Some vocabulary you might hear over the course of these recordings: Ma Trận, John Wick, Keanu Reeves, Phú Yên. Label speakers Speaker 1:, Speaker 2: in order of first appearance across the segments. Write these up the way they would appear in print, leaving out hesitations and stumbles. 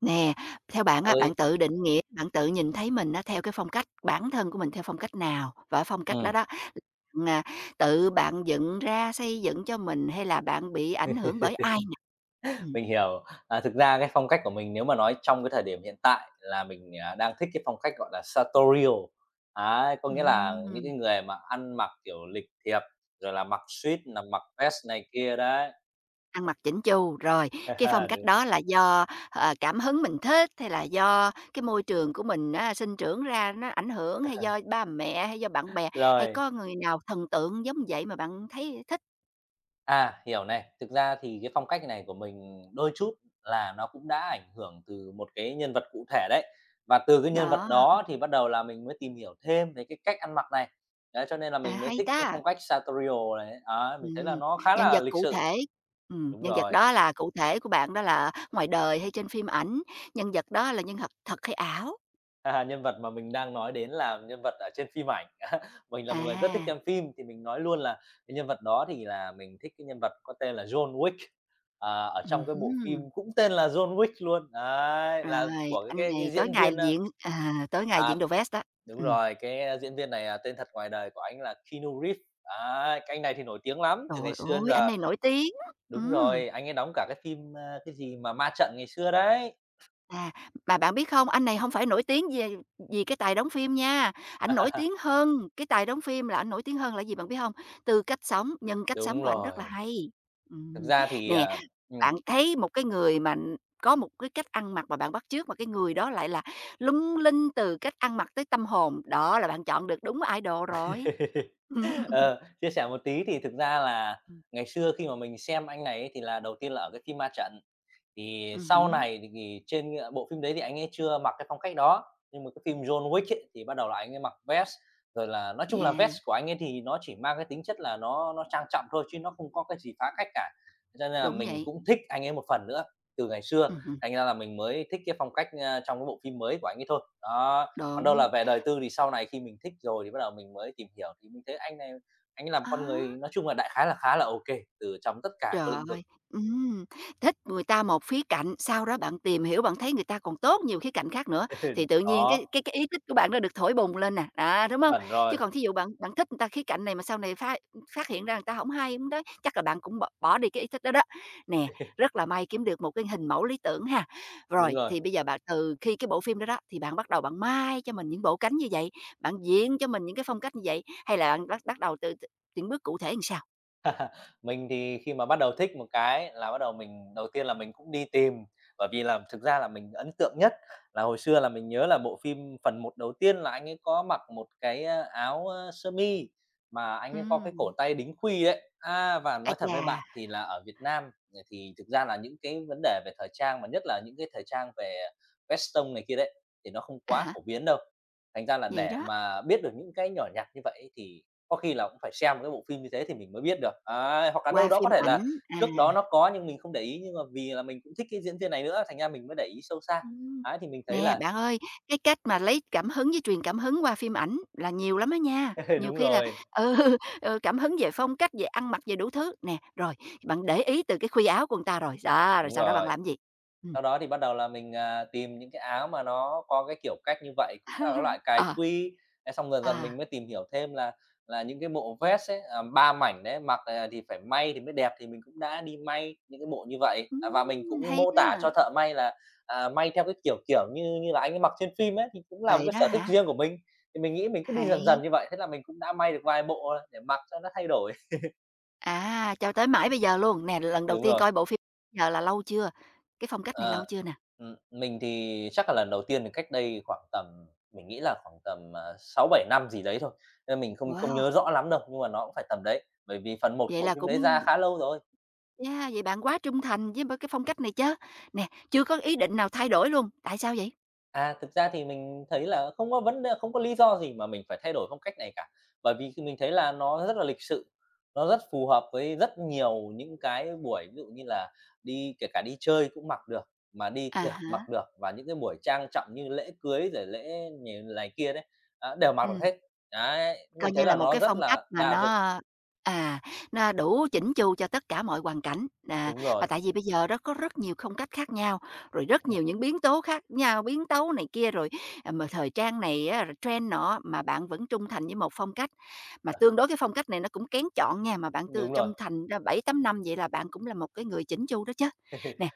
Speaker 1: Nè, theo bạn á,
Speaker 2: Ơi,
Speaker 1: bạn tự định nghĩa, bạn tự nhìn thấy mình á theo cái phong cách bản thân của mình theo phong cách nào? Và phong cách đó
Speaker 2: ừm,
Speaker 1: đó, à, tự bạn dựng ra, xây dựng cho mình hay là bạn bị ảnh hưởng bởi ai nè? Ừm,
Speaker 2: mình hiểu. À, thực ra cái phong cách của mình nếu mà nói trong cái thời điểm hiện tại là mình, à, đang thích cái phong cách, gọi là, sartorial. Ấy, có nghĩa là những
Speaker 1: ừm,
Speaker 2: cái người mà ăn mặc, kiểu, lịch thiệp, rồi là mặc suit, là mặc vest này kia đấy.
Speaker 1: ăn mặc chỉnh chu, rồi cái phong cách
Speaker 2: Đúng.
Speaker 1: đó là do, ờ, cảm hứng mình thích hay là do cái môi trường của mình á sinh trưởng ra nó ảnh hưởng, hay do ba mẹ, hay do bạn bè, hay
Speaker 2: Rồi.
Speaker 1: có người nào thần tượng giống vậy mà bạn thấy thích?
Speaker 2: À, hiểu này. Thực ra thì cái phong cách này của mình đôi chút là nó cũng đã ảnh hưởng từ một cái nhân vật cụ thể đấy. Và từ cái nhân vật
Speaker 1: Đó,
Speaker 2: đó thì bắt đầu là mình mới tìm hiểu thêm về cái cách ăn mặc này. Đấy, cho nên là
Speaker 1: à,
Speaker 2: mình mới
Speaker 1: hay
Speaker 2: thích
Speaker 1: ta.
Speaker 2: cái phong cách sartorial này. Á, mình thấy là
Speaker 1: Ừm,
Speaker 2: nó khá
Speaker 1: nhân
Speaker 2: là
Speaker 1: vật
Speaker 2: lịch
Speaker 1: cụ
Speaker 2: sự.
Speaker 1: thể,
Speaker 2: Đúng
Speaker 1: nhân vật
Speaker 2: rồi.
Speaker 1: đó là cụ thể của bạn đó là ngoài đời hay trên phim ảnh? Nhân vật đó là nhân vật thật hay ảo?
Speaker 2: À, nhân vật mà mình đang nói đến là nhân vật ở trên phim ảnh. Mình là một người rất thích
Speaker 1: À,
Speaker 2: xem phim thì mình nói luôn là cái nhân vật đó thì là mình thích cái nhân vật có tên là John Wick, ở trong cái bộ
Speaker 1: hứm,
Speaker 2: phim cũng tên là John Wick luôn, đấy, là
Speaker 1: rồi,
Speaker 2: của cái
Speaker 1: anh
Speaker 2: cái
Speaker 1: này
Speaker 2: cái
Speaker 1: tối
Speaker 2: diễn
Speaker 1: ngày
Speaker 2: viên, a.
Speaker 1: diện à, tối ngày
Speaker 2: À,
Speaker 1: diện đồ vest đó.
Speaker 2: đúng
Speaker 1: Ừm,
Speaker 2: rồi, cái, diễn viên này, à, tên thật ngoài đời của anh là Keanu Reeves. Đấy, cái anh này thì nổi tiếng lắm, từ
Speaker 1: trời
Speaker 2: ngày xưa đến
Speaker 1: ơi, anh
Speaker 2: giờ
Speaker 1: này nổi tiếng,
Speaker 2: đúng
Speaker 1: ừm.
Speaker 2: rồi, anh ấy đóng cả cái phim, a, cái gì mà Ma Trận ngày xưa đấy.
Speaker 1: À, mà bạn biết không, anh này không phải nổi tiếng về vì cái tài đóng phim nha, anh nổi tiếng hơn cái tài đóng phim là anh nổi tiếng hơn là gì bạn biết không? Từ cách sống, nhân cách sống
Speaker 2: Đúng
Speaker 1: của anh rất là
Speaker 2: rồi,
Speaker 1: hay.
Speaker 2: thực
Speaker 1: Ừm,
Speaker 2: ra thì,
Speaker 1: nè,
Speaker 2: à ừm.
Speaker 1: bạn thấy một cái người mà có một cái cách ăn mặc mà bạn bắt chước mà cái người đó lại là lung linh từ cách ăn mặc tới tâm hồn, đó là bạn chọn được đúng idol rồi.
Speaker 2: Ờ, chia sẻ một tí thì thực ra là ngày xưa khi mà mình xem anh này ấy, thì là đầu tiên là ở cái phim Ma Trận. Thì sau
Speaker 1: Hứm,
Speaker 2: này thì trên, a, bộ phim đấy thì anh ấy chưa mặc cái phong cách đó, nhưng mà cái phim John Wick ấy, thì bắt đầu là anh ấy mặc vest, rồi là nói chung là
Speaker 1: yeah,
Speaker 2: vest của anh ấy thì nó chỉ mang cái tính chất là nó trang trọng thôi, chứ nó không có cái gì phá cách cả. Cho nên là
Speaker 1: đúng
Speaker 2: mình
Speaker 1: vậy.
Speaker 2: cũng thích anh ấy một phần nữa từ ngày xưa,
Speaker 1: Ừm,
Speaker 2: thành ra là mình mới thích cái phong cách, a, trong cái bộ phim mới của anh ấy thôi. Đó, còn đâu
Speaker 1: đúng,
Speaker 2: là về đời tư thì sau này khi mình thích rồi thì bắt đầu mình mới tìm hiểu, thì mình thấy anh này anh ấy là con người
Speaker 1: á.
Speaker 2: nói chung là đại khái là khá là ok từ trong tất cả các
Speaker 1: Trời
Speaker 2: lĩnh vực.
Speaker 1: ơi! Thích người ta một khía cạnh, sau đó bạn tìm hiểu, bạn thấy người ta còn tốt nhiều khía cạnh khác nữa, thì tự nhiên cái
Speaker 2: Đó,
Speaker 1: cái cái ý thích của bạn nó được thổi bùng lên nè, à, đúng không?
Speaker 2: chuẩn
Speaker 1: Chứ
Speaker 2: rồi.
Speaker 1: còn thí dụ bạn bạn thích người ta khía cạnh này mà sau này phát phát hiện ra người ta không hay, hổng đấy, chắc là bạn cũng bỏ bỏ đi cái ý thích đó đó. Nè, rất là may kiếm được một cái hình mẫu lý tưởng ha.
Speaker 2: Đúng
Speaker 1: Rồi,
Speaker 2: rồi.
Speaker 1: thì bây giờ bạn từ khi cái bộ phim đó đó, thì bạn bắt đầu bạn mai cho mình những bộ cánh như vậy, bạn diễn cho mình những cái phong cách như vậy, hay là bạn bắt bắt đầu từ từ những bước cụ thể làm sao?
Speaker 2: Mình thì khi mà bắt đầu thích một cái là bắt đầu mình đầu tiên là mình cũng đi tìm, bởi vì là thực ra là mình ấn tượng nhất là hồi xưa là mình nhớ là bộ phim phần một đầu tiên là anh ấy có mặc một cái, a, áo, ơ, sơ mi mà anh ấy có cái cổ
Speaker 1: Ừm,
Speaker 2: tay đính khuy đấy. A, và
Speaker 1: ái
Speaker 2: nói thật
Speaker 1: chà!
Speaker 2: với bạn thì là ở Việt Nam, thì thực ra là những cái vấn đề về thời trang mà nhất là những cái thời trang về western này kia đấy, thì nó không
Speaker 1: À
Speaker 2: quá
Speaker 1: há,
Speaker 2: phổ biến đâu. Thành ra là
Speaker 1: vậy
Speaker 2: để
Speaker 1: đó,
Speaker 2: mà biết được những cái nhỏ nhặt như vậy thì có khi là cũng phải xem một cái bộ phim như thế thì mình mới biết được. Ấy, hoặc là đâu
Speaker 1: qua
Speaker 2: đó có
Speaker 1: phim
Speaker 2: thể
Speaker 1: ảnh,
Speaker 2: là
Speaker 1: à.
Speaker 2: trước đó nó có nhưng mình không để ý, nhưng mà vì là mình cũng thích cái diễn viên này nữa, thành ra mình mới để ý sâu xa.
Speaker 1: Ừm.
Speaker 2: Ấy, thì mình thấy
Speaker 1: Nè,
Speaker 2: là
Speaker 1: bạn ơi, cái cách mà lấy cảm hứng với truyền cảm hứng qua phim ảnh là nhiều lắm á nha. Nhiều
Speaker 2: đúng
Speaker 1: khi là,
Speaker 2: rồi,
Speaker 1: ừ, ừ, cảm hứng về phong cách, về ăn mặc, về đủ thứ. Nè, rồi, bạn để ý từ cái khuy áo của người ta rồi, đó, rồi
Speaker 2: đúng
Speaker 1: sau đó bạn
Speaker 2: rồi.
Speaker 1: làm gì? Ừm.
Speaker 2: Sau đó thì bắt đầu là mình, à, tìm những cái áo mà nó có cái kiểu cách như vậy, cũng là cái loại cài
Speaker 1: Ờ,
Speaker 2: quy. Thế xong dần dần mình
Speaker 1: à,
Speaker 2: mới tìm hiểu thêm là những cái bộ vest ấy, à, 3 mảnh đấy, mặc, à, thì phải may thì mới đẹp, thì mình cũng đã đi may những cái bộ như vậy. À, và mình cũng
Speaker 1: hay
Speaker 2: mô tả
Speaker 1: đó.
Speaker 2: cho thợ may là, à, may theo cái kiểu, kiểu, như như là anh ấy mặc trên phim ấy, thì cũng là một
Speaker 1: Vậy
Speaker 2: cái
Speaker 1: đó
Speaker 2: sở thích
Speaker 1: hả?
Speaker 2: riêng của mình. Thì mình nghĩ mình cứ đi dần dần
Speaker 1: Hay.
Speaker 2: như vậy, thế là mình cũng đã may được vài bộ, à, để mặc cho nó thay đổi.
Speaker 1: À, cho tới mãi bây giờ luôn. Nè, lần đầu
Speaker 2: Đúng
Speaker 1: tiên
Speaker 2: rồi.
Speaker 1: coi bộ phim giờ là lâu chưa? Cái phong cách này lâu
Speaker 2: Ờ,
Speaker 1: chưa nè?
Speaker 2: mình thì chắc là lần đầu tiên thì cách đây khoảng tầm mình nghĩ là khoảng tầm, 6-7 năm gì đấy thôi, nên mình không không
Speaker 1: Wow,
Speaker 2: nhớ rõ lắm đâu, nhưng mà nó cũng phải tầm đấy, bởi vì phần một
Speaker 1: vậy
Speaker 2: bộ
Speaker 1: là
Speaker 2: phim đấy ra
Speaker 1: cũng.
Speaker 2: khá lâu rồi.
Speaker 1: Yeah, vậy bạn quá trung thành với b cái phong cách này chứ. Nè, chưa có ý định nào thay đổi luôn, tại sao vậy?
Speaker 2: À, thực ra thì mình thấy là không có vấn đề không có lý do gì mà mình phải thay đổi phong cách này cả. Bởi vì khi mình thấy là nó rất là lịch sự, nó rất phù hợp với rất nhiều những cái buổi ví dụ như là đi kể cả đi chơi cũng mặc được, mà đi
Speaker 1: À
Speaker 2: tiệc
Speaker 1: hả?
Speaker 2: mặc được và những cái buổi trang trọng như lễ cưới rồi lễ nhề này kia đấy, á, đều mặc được
Speaker 1: Ừm,
Speaker 2: hết. Đấy,
Speaker 1: coi
Speaker 2: mình
Speaker 1: như
Speaker 2: thấy
Speaker 1: là
Speaker 2: là
Speaker 1: một
Speaker 2: nó
Speaker 1: cái
Speaker 2: rất
Speaker 1: phong cách
Speaker 2: là
Speaker 1: mà
Speaker 2: đa dụng.
Speaker 1: nó, à, nó đủ chỉnh chu cho tất cả mọi hoàn cảnh. À,
Speaker 2: Đúng
Speaker 1: mà
Speaker 2: rồi,
Speaker 1: tại vì bây giờ đó có rất nhiều phong cách khác nhau, rồi rất nhiều những biến tố khác nhau, biến tấu này kia rồi, à, mà thời trang này á, rồi trend nọ, mà bạn vẫn trung thành với một phong cách. Mà tương đối cái phong cách này nó cũng kén chọn nha, mà bạn tương
Speaker 2: đúng rồi.
Speaker 1: trung thành ra 7 8 năm vậy là bạn cũng là một cái người chỉnh chu đó chứ. Nè,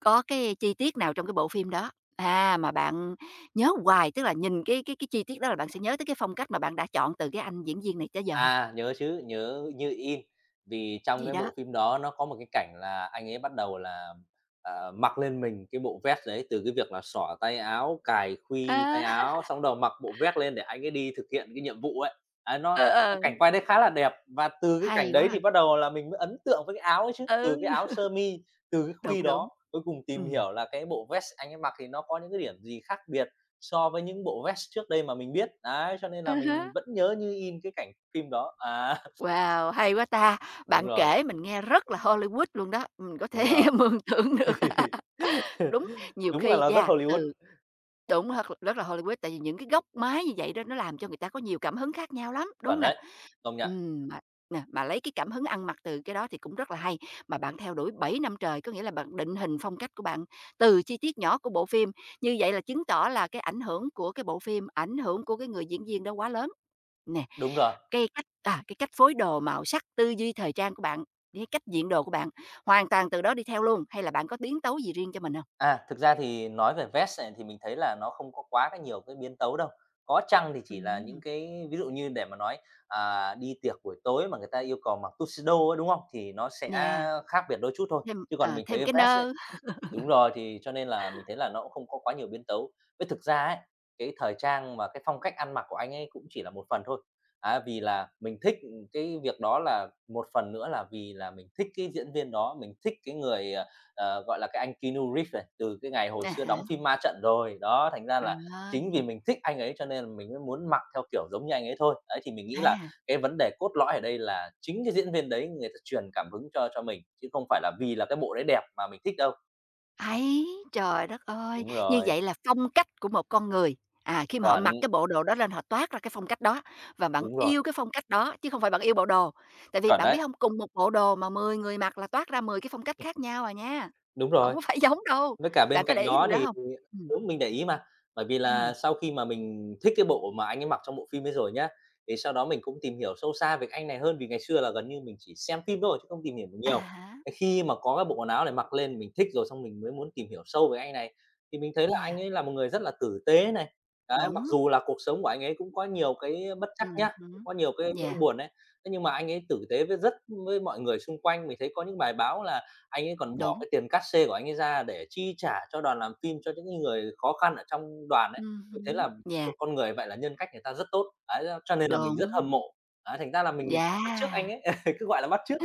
Speaker 1: có cái chi tiết nào trong cái bộ phim đó, à, mà bạn nhớ hoài, tức là nhìn cái chi tiết đó là bạn sẽ nhớ tới cái phong cách mà bạn đã chọn từ cái anh diễn viên này tới giờ hông?
Speaker 2: À, nhớ chứ, nhớ như in. Vì trong
Speaker 1: Vậy
Speaker 2: cái
Speaker 1: đó.
Speaker 2: bộ phim đó nó có một cái cảnh là anh ấy bắt đầu là, ờ, mặc lên mình cái bộ vest đấy, từ cái việc là xỏ tay áo, cài khuy
Speaker 1: À,
Speaker 2: tay áo, xong đầu mặc bộ vest lên để anh ấy đi thực hiện cái nhiệm vụ ấy. Đấy, nó
Speaker 1: ờ,
Speaker 2: cái
Speaker 1: ờ.
Speaker 2: cảnh quay đấy khá là đẹp và từ cái cảnh
Speaker 1: Hay quá
Speaker 2: đấy
Speaker 1: à.
Speaker 2: thì bắt đầu là mình mới ấn tượng với cái áo ấy chứ, từ cái
Speaker 1: Ừ.
Speaker 2: áo sơ mi, từ cái khuy
Speaker 1: Đúng, đúng,
Speaker 2: đó, cuối cùng tìm
Speaker 1: ừm.
Speaker 2: hiểu là cái bộ vest anh ấy mặc thì nó có những cái điểm gì khác biệt. So với những bộ vest trước đây mà mình biết, đấy, cho nên
Speaker 1: À
Speaker 2: là
Speaker 1: há.
Speaker 2: mình vẫn nhớ như in cái cảnh phim đó. À,
Speaker 1: Wow, hay quá ta!
Speaker 2: đúng
Speaker 1: Bạn
Speaker 2: rồi,
Speaker 1: kể mình nghe rất là Hollywood luôn đó, mình có thể
Speaker 2: đúng rồi.
Speaker 1: mường tượng được. Đúng, nhiều
Speaker 2: Đúng là
Speaker 1: khi
Speaker 2: nó rất
Speaker 1: nha,
Speaker 2: Hollywood,
Speaker 1: từ. Đúng, thật rất là Hollywood, tại vì những cái góc máy như vậy đó nó làm cho người ta có nhiều cảm hứng khác nhau lắm, đúng
Speaker 2: chuẩn
Speaker 1: hông nè?
Speaker 2: đấy, công nhận,
Speaker 1: Mà nè, mà lấy cái cảm hứng ăn mặc từ cái đó thì cũng rất là hay, mà bạn theo đuổi 7 năm trời, có nghĩa là bạn định hình phong cách của bạn từ chi tiết nhỏ của bộ phim, như vậy là chứng tỏ là cái ảnh hưởng của cái bộ phim, ảnh hưởng của cái người diễn viên đó quá lớn. Nè,
Speaker 2: đúng rồi.
Speaker 1: cái cách à, cái cách phối đồ, màu sắc, tư duy thời trang của bạn, cái cách diện đồ của bạn, hoàn toàn từ đó đi theo luôn, hay là bạn có biến tấu gì riêng cho mình hông?
Speaker 2: À, thực ra thì nói về vest này thì mình thấy là nó không có quá cái nhiều cái biến tấu đâu, có chăng thì chỉ là những
Speaker 1: Ừm,
Speaker 2: cái ví dụ như để mà nói, à, đi tiệc buổi tối mà người ta yêu cầu mặc tuxedo ấy, đúng không? Thì nó sẽ
Speaker 1: yeah.
Speaker 2: khác biệt đôi chút thôi,
Speaker 1: Thêm,
Speaker 2: chứ còn
Speaker 1: ờ,
Speaker 2: mình
Speaker 1: thêm
Speaker 2: thấy
Speaker 1: cái
Speaker 2: vest
Speaker 1: nơ,
Speaker 2: đúng rồi, thì cho nên là mình thấy là nó cũng không có quá nhiều biến tấu. Với thực ra ấy, cái thời trang mà cái phong cách ăn mặc của anh ấy cũng chỉ là một phần thôi. À vì là mình thích, cái việc đó là một phần nữa là vì là mình thích cái diễn viên đó, mình thích cái người, gọi là, cái anh Keanu Reeves này, từ cái ngày hồi
Speaker 1: à
Speaker 2: xưa
Speaker 1: há,
Speaker 2: đóng phim Ma Trận rồi. Đó, thành ra là chính
Speaker 1: rồi,
Speaker 2: vì mình thích anh ấy cho nên là mình mới muốn mặc theo kiểu giống như anh ấy thôi. Đấy, thì mình nghĩ là
Speaker 1: à,
Speaker 2: cái vấn đề cốt lõi ở đây là chính cái diễn viên đấy người ta truyền cảm hứng cho mình, chứ không phải là vì là cái bộ đấy đẹp mà mình thích đâu.
Speaker 1: ấy, trời đất ơi!
Speaker 2: Đúng
Speaker 1: Như
Speaker 2: rồi,
Speaker 1: vậy là phong cách của một con người, à, khi mà họ
Speaker 2: chuẩn,
Speaker 1: mặc cái bộ đồ đó lên họ toát ra cái phong cách đó, và bạn
Speaker 2: đúng rồi,
Speaker 1: yêu cái phong cách đó chứ không phải bạn yêu bộ đồ. Tại vì
Speaker 2: chuẩn
Speaker 1: bạn biết
Speaker 2: đấy,
Speaker 1: hông, cùng một bộ đồ mà 10 người mặc là toát ra 10 cái phong cách khác nhau à nha,
Speaker 2: đúng
Speaker 1: hổng
Speaker 2: rồi.
Speaker 1: có phải giống đâu,
Speaker 2: Với cả bên
Speaker 1: bạn có
Speaker 2: cạnh
Speaker 1: để ý
Speaker 2: đó
Speaker 1: điều đó
Speaker 2: thì
Speaker 1: hông? Ừm,
Speaker 2: đúng, mình để ý mà, bởi vì là
Speaker 1: ừm,
Speaker 2: sau khi mà mình thích cái bộ mà anh ấy mặc trong bộ phim ấy rồi nhá, thì sau đó mình cũng tìm hiểu sâu xa về cái anh này hơn, vì ngày xưa là gần như mình chỉ xem phim thôi chứ không tìm hiểu được
Speaker 1: à
Speaker 2: nhiều.
Speaker 1: há,
Speaker 2: Thế khi mà có cái bộ quần áo này mặc lên mình thích rồi xong mình mới muốn tìm hiểu sâu về anh này, thì mình thấy là
Speaker 1: yeah,
Speaker 2: anh ấy là một người rất là tử tế này. Đấy, mặc
Speaker 1: đúng,
Speaker 2: dù là cuộc sống của anh ấy cũng có nhiều cái bất trắc nhá, cũng
Speaker 1: hứm,
Speaker 2: có nhiều cái nỗi
Speaker 1: yeah,
Speaker 2: buồn đấy thế nhưng mà anh ấy tử tế với rất với mọi người xung quanh. Mình thấy có những bài báo là anh ấy còn bỏ
Speaker 1: đúng,
Speaker 2: cái tiền cát-xê của anh ấy ra để chi trả cho đoàn làm phim, cho những cái người khó khăn ở trong đoàn ấy. Mình thấy
Speaker 1: hứm,
Speaker 2: là một con người vậy là nhân cách người ta rất tốt, đấy, do cho nên là mình rất hâm
Speaker 1: đúng,
Speaker 2: mộ. Đấy, thành ra là mình bắt chước anh
Speaker 1: yeah.
Speaker 2: ấy, cứ gọi là bắt chước.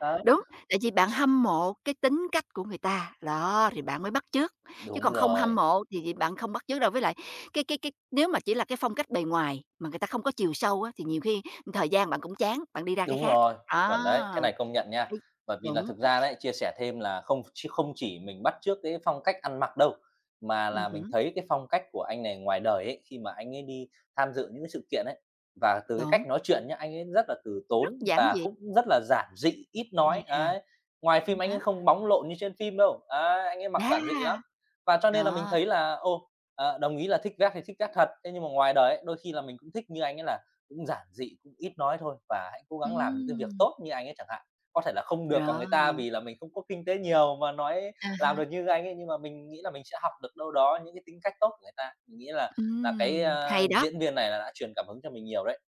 Speaker 2: Đấy.
Speaker 1: Đúng, tại vì bạn hâm mộ cái tính cách của người ta, đó, thì bạn mới bắt chước, chứ
Speaker 2: Đúng
Speaker 1: còn không hâm
Speaker 2: rồi.
Speaker 1: mộ thì bạn không bắt chước đâu. Với lại cái nếu mà chỉ là cái phong cách bề ngoài mà người ta không có chiều sâu á, thì nhiều khi thời gian bạn cũng chán, bạn đi ra cái
Speaker 2: Đúng
Speaker 1: khác.
Speaker 2: rồi,
Speaker 1: Đó,
Speaker 2: chuẩn đấy, cái này công nhận nha.
Speaker 1: đấy,
Speaker 2: Bởi vì là
Speaker 1: đúng,
Speaker 2: thực ra đấy, chia sẻ thêm là không chỉ mình bắt chước cái phong cách ăn mặc đâu, mà là mình
Speaker 1: hứm,
Speaker 2: thấy cái phong cách của anh này ngoài đời ấy, khi mà anh ấy đi tham dự những cái sự kiện ấy, và từ cái
Speaker 1: đúng,
Speaker 2: cách nói chuyện nhá, anh ấy rất là từ
Speaker 1: rất
Speaker 2: tốn
Speaker 1: giản
Speaker 2: và
Speaker 1: dị,
Speaker 2: cũng rất là giản dị, ít nói,
Speaker 1: yeah,
Speaker 2: ấy. Ngoài phim anh
Speaker 1: há,
Speaker 2: ấy không bóng lộn như trên phim đâu, ấy, anh ấy mặc giản dị lắm.
Speaker 1: yeah,
Speaker 2: Và cho nên là mình
Speaker 1: đó,
Speaker 2: thấy là, ô, ờ, đồng ý là thích vét thì thích vét thật, thế nhưng mà ngoài đời ấy, đôi khi là mình cũng thích như anh ấy là cũng giản dị, cũng ít nói thôi và hãy cố gắng làm những cái việc
Speaker 1: ừm,
Speaker 2: tốt như anh ấy chẳng hạn. Có thể là không được bằng người ta
Speaker 1: rồi,
Speaker 2: vì là mình không có kinh tế nhiều mà nói
Speaker 1: à
Speaker 2: làm
Speaker 1: há,
Speaker 2: được như anh ấy, nhưng mà mình nghĩ là mình sẽ học được đâu đó những cái tính cách tốt của người ta. Mình nghĩ là là cái, a,
Speaker 1: hay đó.
Speaker 2: diễn viên này là đã truyền cảm hứng cho mình nhiều đấy.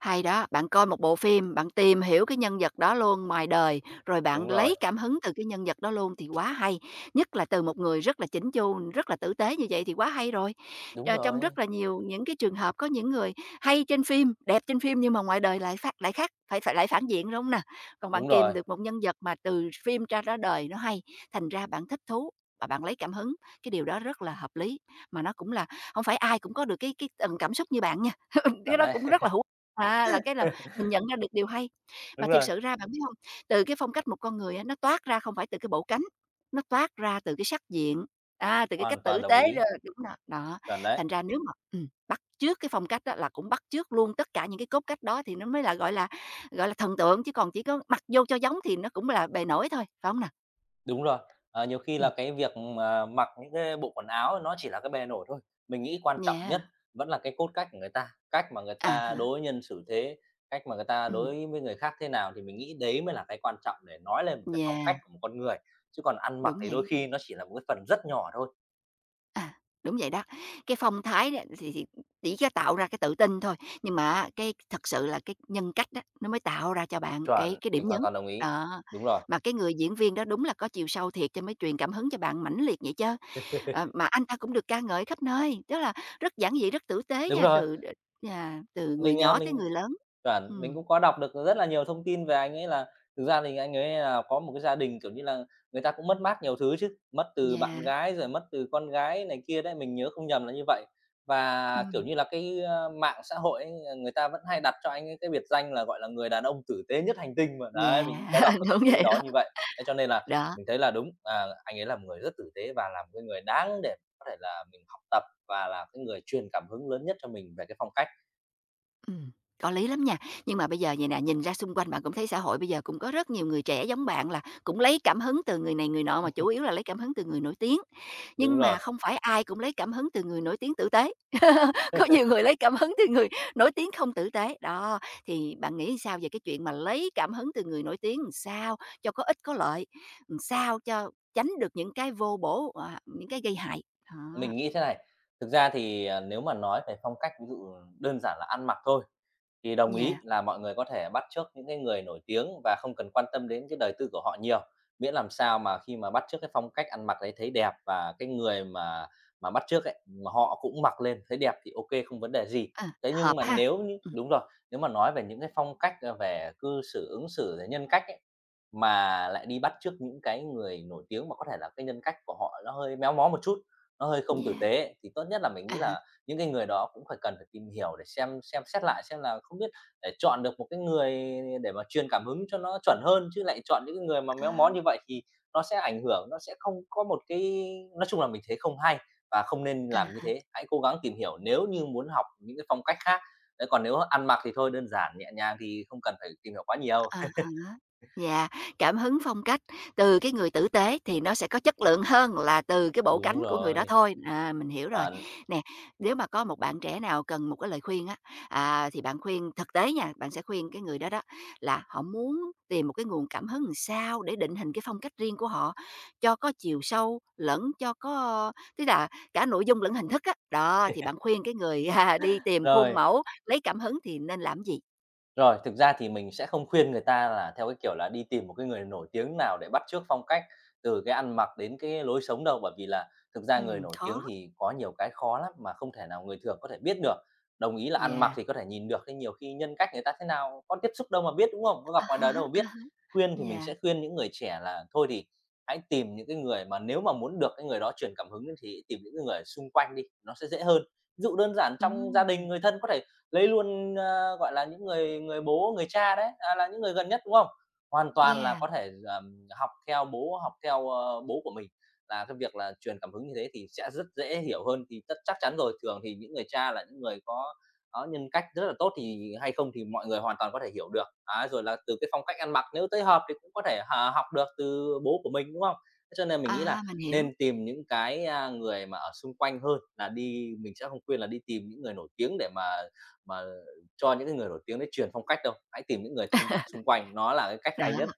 Speaker 1: Hay đó, bạn coi một bộ phim, bạn tìm hiểu cái nhân vật đó luôn ngoài đời, rồi bạn
Speaker 2: Đúng rồi,
Speaker 1: lấy cảm hứng từ cái nhân vật đó luôn thì quá hay, nhất là từ một người rất là chỉnh chu, rất là tử tế như vậy thì quá hay rồi.
Speaker 2: đúng
Speaker 1: Ờ, trong
Speaker 2: rồi,
Speaker 1: rất là nhiều những cái trường hợp có những người hay trên phim, đẹp trên phim nhưng mà ngoài đời lại phát lại khác, phải phải lại phản diện, đúng không nè? Còn bạn
Speaker 2: đúng
Speaker 1: tìm
Speaker 2: rồi,
Speaker 1: được một nhân vật mà từ phim ra ra đời nó hay, thành ra bạn thích thú và bạn lấy cảm hứng, cái điều đó rất là hợp lý, mà nó cũng là không phải ai cũng có được cái tầng cảm xúc như bạn nha, cái
Speaker 2: chuẩn
Speaker 1: đó
Speaker 2: đấy,
Speaker 1: cũng rất là hữu. À, là cái là mình nhận ra được điều hay. Mà
Speaker 2: đúng
Speaker 1: thiệt
Speaker 2: rồi,
Speaker 1: sự ra bạn biết hông, từ cái phong cách một con người á, nó toát ra không phải từ cái bộ cánh, nó toát ra từ cái sắc diện, à, từ cái
Speaker 2: hoàn
Speaker 1: cách
Speaker 2: toàn
Speaker 1: tử
Speaker 2: đồng
Speaker 1: tế
Speaker 2: ý,
Speaker 1: đó đúng rồi, đó.
Speaker 2: chuẩn đấy.
Speaker 1: Thành ra nếu mà bắt chước cái phong cách á là cũng bắt chước luôn tất cả những cái cốt cách đó thì nó mới là, gọi là, gọi là, thần tượng, chứ còn chỉ có mặc vô cho giống thì nó cũng là bề nổi thôi, phải hông nè?
Speaker 2: Đúng rồi. Ờ, nhiều khi là
Speaker 1: Ừm,
Speaker 2: cái việc mà mặc những cái bộ quần áo nó chỉ là cái bề nổi thôi. Mình nghĩ quan trọng nhất
Speaker 1: yeah,
Speaker 2: vẫn là cái cốt cách của người ta, cách mà người
Speaker 1: à
Speaker 2: ta
Speaker 1: há,
Speaker 2: đối nhân xử thế, cách mà người ta
Speaker 1: ừm,
Speaker 2: đối với người khác thế nào thì mình nghĩ đấy mới là cái quan trọng để nói lên một cái phong
Speaker 1: yeah,
Speaker 2: cách của một con người, chứ còn ăn mặc
Speaker 1: đúng
Speaker 2: thì đôi
Speaker 1: vậy.
Speaker 2: khi nó chỉ là một cái phần rất nhỏ thôi.
Speaker 1: À, đúng vậy đó. Cái phong thái đó thì chỉ có tạo ra cái tự tin thôi, nhưng mà cái thật sự là cái nhân cách đó nó mới tạo ra cho bạn cái
Speaker 2: Chuẩn,
Speaker 1: cái
Speaker 2: mình
Speaker 1: điểm
Speaker 2: hoàn
Speaker 1: nhấn.
Speaker 2: toàn đồng ý.
Speaker 1: Đó,
Speaker 2: Đúng rồi,
Speaker 1: mà cái người diễn viên đó đúng là có chiều sâu thiệt cho mới truyền cảm hứng cho bạn mãnh liệt vậy chứ. Ờ, mà anh ta cũng được ca ngợi khắp nơi, tức là rất giản dị, rất tử tế
Speaker 2: đúng
Speaker 1: nha,
Speaker 2: rồi.
Speaker 1: từ đ, yeah, từ người
Speaker 2: Mình, à,
Speaker 1: nhỏ tới
Speaker 2: mình
Speaker 1: người lớn.
Speaker 2: chuẩn, mình
Speaker 1: Ừm,
Speaker 2: cũng có đọc được rất là nhiều thông tin về anh ấy là thực ra thì anh ấy là có một cái gia đình, kiểu như là, người ta cũng mất mát nhiều thứ chứ, mất từ
Speaker 1: yeah,
Speaker 2: bạn gái rồi mất từ con gái này kia đấy, mình nhớ không nhầm là như vậy. Và, kiểu
Speaker 1: ừm,
Speaker 2: như là, cái, ơ, mạng xã hội ấy, ờ, người ta vẫn hay đặt cho anh ấy cái biệt danh là, gọi là, người đàn ông tử tế nhất hành tinh mà. Đấy, mình cũng có đọc
Speaker 1: yeah,
Speaker 2: được
Speaker 1: đúng
Speaker 2: cái
Speaker 1: vậy
Speaker 2: đó như
Speaker 1: đó.
Speaker 2: vậy. Thế cho nên là
Speaker 1: Đó.
Speaker 2: mình thấy là đúng, à, anh ấy là một người rất tử tế và là một cái người đáng để có thể là mình học tập và là cái người truyền cảm hứng lớn nhất cho mình về cái phong cách.
Speaker 1: Ừm, có lý lắm nha. Nhưng mà bây giờ vậy nè, nhìn ra xung quanh bạn cũng thấy xã hội bây giờ cũng có rất nhiều người trẻ giống bạn là cũng lấy cảm hứng từ người này người nọ, mà chủ yếu là lấy cảm hứng từ người nổi tiếng.
Speaker 2: Đúng
Speaker 1: Nhưng
Speaker 2: rồi.
Speaker 1: mà không phải ai cũng lấy cảm hứng từ người nổi tiếng tử tế. Có nhiều người lấy cảm hứng từ người nổi tiếng không tử tế. Đó, thì bạn nghĩ sao về cái chuyện mà lấy cảm hứng từ người nổi tiếng làm sao cho có ích có lợi, làm sao cho tránh được những cái vô bổ, à, những cái gây hại? Đó,
Speaker 2: Mình nghĩ thế này, thực ra thì, à, nếu mà nói về phong cách ví dụ đơn giản là ăn mặc thôi, thì đồng
Speaker 1: yeah,
Speaker 2: ý là mọi người có thể bắt chước những cái người nổi tiếng và không cần quan tâm đến cái đời tư của họ nhiều, miễn làm sao mà khi mà bắt chước cái phong cách ăn mặc đấy thấy đẹp và cái người mà bắt chước ấy, mà họ cũng mặc lên thấy đẹp thì OK, không vấn đề gì.
Speaker 1: ờ,
Speaker 2: Thế nhưng
Speaker 1: hợp
Speaker 2: mà
Speaker 1: ha.
Speaker 2: nếu như
Speaker 1: Ừm,
Speaker 2: đúng rồi, nếu mà nói về những cái phong cách, a, về cư xử, ứng xử, rồi nhân cách ấy, mà lại đi bắt chước những cái người nổi tiếng mà có thể là cái nhân cách của họ nó hơi méo mó một chút, nó hơi không tử
Speaker 1: yeah,
Speaker 2: tế ấy, thì tốt nhất là mình
Speaker 1: à
Speaker 2: nghĩ
Speaker 1: há,
Speaker 2: là những cái người đó cũng phải cần phải tìm hiểu để xem xét lại xem là không biết để chọn được một cái người để mà truyền cảm hứng cho nó chuẩn hơn, chứ lại chọn những cái người mà méo mó như vậy thì nó sẽ ảnh hưởng, nó sẽ không có một cái nói chung là mình thấy không hay và không nên làm như
Speaker 1: ờ.
Speaker 2: thế. Hãy cố gắng tìm hiểu nếu như muốn học những cái phong cách khác. Đấy, còn nếu ăn mặc thì thôi đơn giản nhẹ nhàng thì không cần phải tìm hiểu quá nhiều.
Speaker 1: À hả, dạ, cảm hứng phong cách từ cái người tử tế thì nó sẽ có chất lượng hơn là từ cái bộ
Speaker 2: Đúng
Speaker 1: cánh của người đó
Speaker 2: rồi,
Speaker 1: thôi. À, mình hiểu rồi.
Speaker 2: chuẩn.
Speaker 1: Nè, nếu mà có một bạn trẻ nào cần một cái lời khuyên á, à, thì bạn khuyên thực tế nha, bạn sẽ khuyên cái người đó đó là họ muốn tìm một cái nguồn cảm hứng làm sao để định hình cái phong cách riêng của họ cho có chiều sâu lẫn cho có, tức là cả nội dung lẫn hình thức á. Đó, thì bạn khuyên cái người, à, đi tìm khuôn
Speaker 2: Rồi.
Speaker 1: mẫu, lấy cảm hứng thì nên làm gì?
Speaker 2: Rồi, thực ra thì mình sẽ không khuyên người ta là theo cái kiểu là đi tìm một cái người nổi tiếng nào để bắt chước phong cách, từ cái ăn mặc đến cái lối sống đâu, bởi vì là thực ra người nổi
Speaker 1: Khó.
Speaker 2: tiếng thì có nhiều cái khó lắm mà không thể nào người thường có thể biết được. Đồng ý là ăn mặc
Speaker 1: Dạ.
Speaker 2: thì có thể nhìn được, nhưng nhiều khi nhân cách người ta thế nào, có tiếp xúc đâu mà biết, đúng không? Có
Speaker 1: À
Speaker 2: gặp ngoài
Speaker 1: há,
Speaker 2: đời đâu mà biết.
Speaker 1: à há,
Speaker 2: Khuyên thì mình
Speaker 1: yeah,
Speaker 2: sẽ khuyên những người trẻ là thôi thì hãy tìm những cái người mà nếu mà muốn được cái người đó truyền cảm hứng ấy thì tìm những cái người xung quanh đi, nó sẽ dễ hơn. Ví dụ đơn giản trong gia
Speaker 1: ừm,
Speaker 2: đình, người thân có thể lấy luôn, ơ, gọi là, những người người bố, người cha đấy, à, là những người gần nhất, đúng không? Hoàn toàn là
Speaker 1: yeah,
Speaker 2: có thể, học theo bố, học theo, ơ, bố của mình, là cái việc là truyền cảm hứng như thế thì sẽ rất dễ hiểu hơn. Thì tất chắc chắn rồi, thường thì những người cha là những người có nhân cách rất là tốt thì hay không thì mọi người hoàn toàn có thể hiểu được. Đấy, rồi là từ cái phong cách ăn mặc nếu tới hợp thì cũng có thể học được từ bố của mình, đúng không? Thế cho nên mình nghĩ là
Speaker 1: à, mình hiểu.
Speaker 2: nên tìm những cái, a, người mà ở xung quanh hơn là đi mình sẽ không khuyên là đi tìm những người nổi tiếng để mà cho những cái người nổi tiếng đấy truyền phong cách đâu, hãy tìm những người thân cận xung quanh, nó là cái cách
Speaker 1: Đó,
Speaker 2: hay nhất.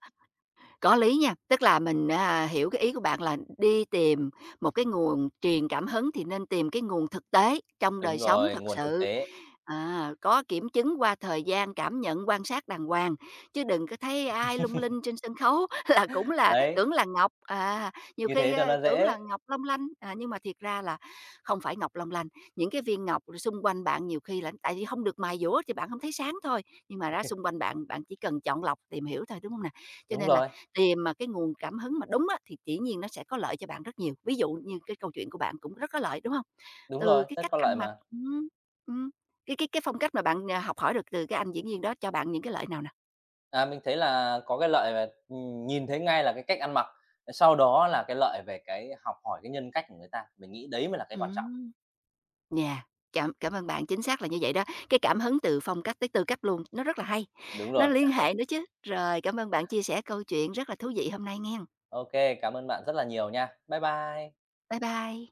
Speaker 1: có lý nha, tức là mình, à, hiểu cái ý của bạn là đi tìm một cái nguồn truyền cảm hứng thì nên tìm cái nguồn thực tế trong đời
Speaker 2: Đúng
Speaker 1: sống
Speaker 2: rồi,
Speaker 1: thật
Speaker 2: nguồn thực
Speaker 1: sự,
Speaker 2: tế.
Speaker 1: à, có kiểm chứng qua thời gian, cảm nhận, quan sát đàng hoàng, chứ đừng có thấy ai lung linh trên sân khấu là cũng là
Speaker 2: Đấy,
Speaker 1: tưởng là ngọc, à, nhiều
Speaker 2: như
Speaker 1: khi,
Speaker 2: thế cho
Speaker 1: a,
Speaker 2: nó
Speaker 1: tưởng
Speaker 2: dễ.
Speaker 1: là ngọc long lanh, à, nhưng mà thiệt ra là không phải ngọc long lanh. Những cái viên ngọc xung quanh bạn nhiều khi là tại vì không được mài dũa thì bạn không thấy sáng thôi, nhưng mà ra xung quanh bạn, bạn chỉ cần chọn lọc tìm hiểu thôi, đúng không nè? Cho
Speaker 2: Đúng
Speaker 1: nên là
Speaker 2: rồi,
Speaker 1: tìm mà cái nguồn cảm hứng mà đúng á, thì dĩ nhiên nó sẽ có lợi cho bạn rất nhiều. Ví dụ như cái câu chuyện của bạn cũng rất có lợi, đúng không?
Speaker 2: đúng
Speaker 1: Từ
Speaker 2: rồi,
Speaker 1: cái
Speaker 2: rất
Speaker 1: cách
Speaker 2: có
Speaker 1: ăn
Speaker 2: lợi
Speaker 1: mặc,
Speaker 2: mà.
Speaker 1: ừm, cái phong cách mà bạn, à, học hỏi được từ cái anh diễn viên đó cho bạn những cái lợi nào nè?
Speaker 2: À, mình thấy là có cái lợi về nhìn thấy ngay là cái cách ăn mặc, sau đó là cái lợi về cái học hỏi cái nhân cách của người ta, mình nghĩ đấy mới là cái quan trọng.
Speaker 1: Ừm, yeah, cảm cảm ơn bạn, chính xác là như vậy đó. Cái cảm hứng từ phong cách tới tư cách luôn, nó rất là hay,
Speaker 2: Đúng
Speaker 1: nó
Speaker 2: rồi.
Speaker 1: liên hệ nữa chứ. Rồi, cảm ơn bạn chia sẻ câu chuyện rất là thú vị hôm nay nghe.
Speaker 2: OK, cảm ơn bạn rất là nhiều nha. Bye bye.
Speaker 1: Bye bye.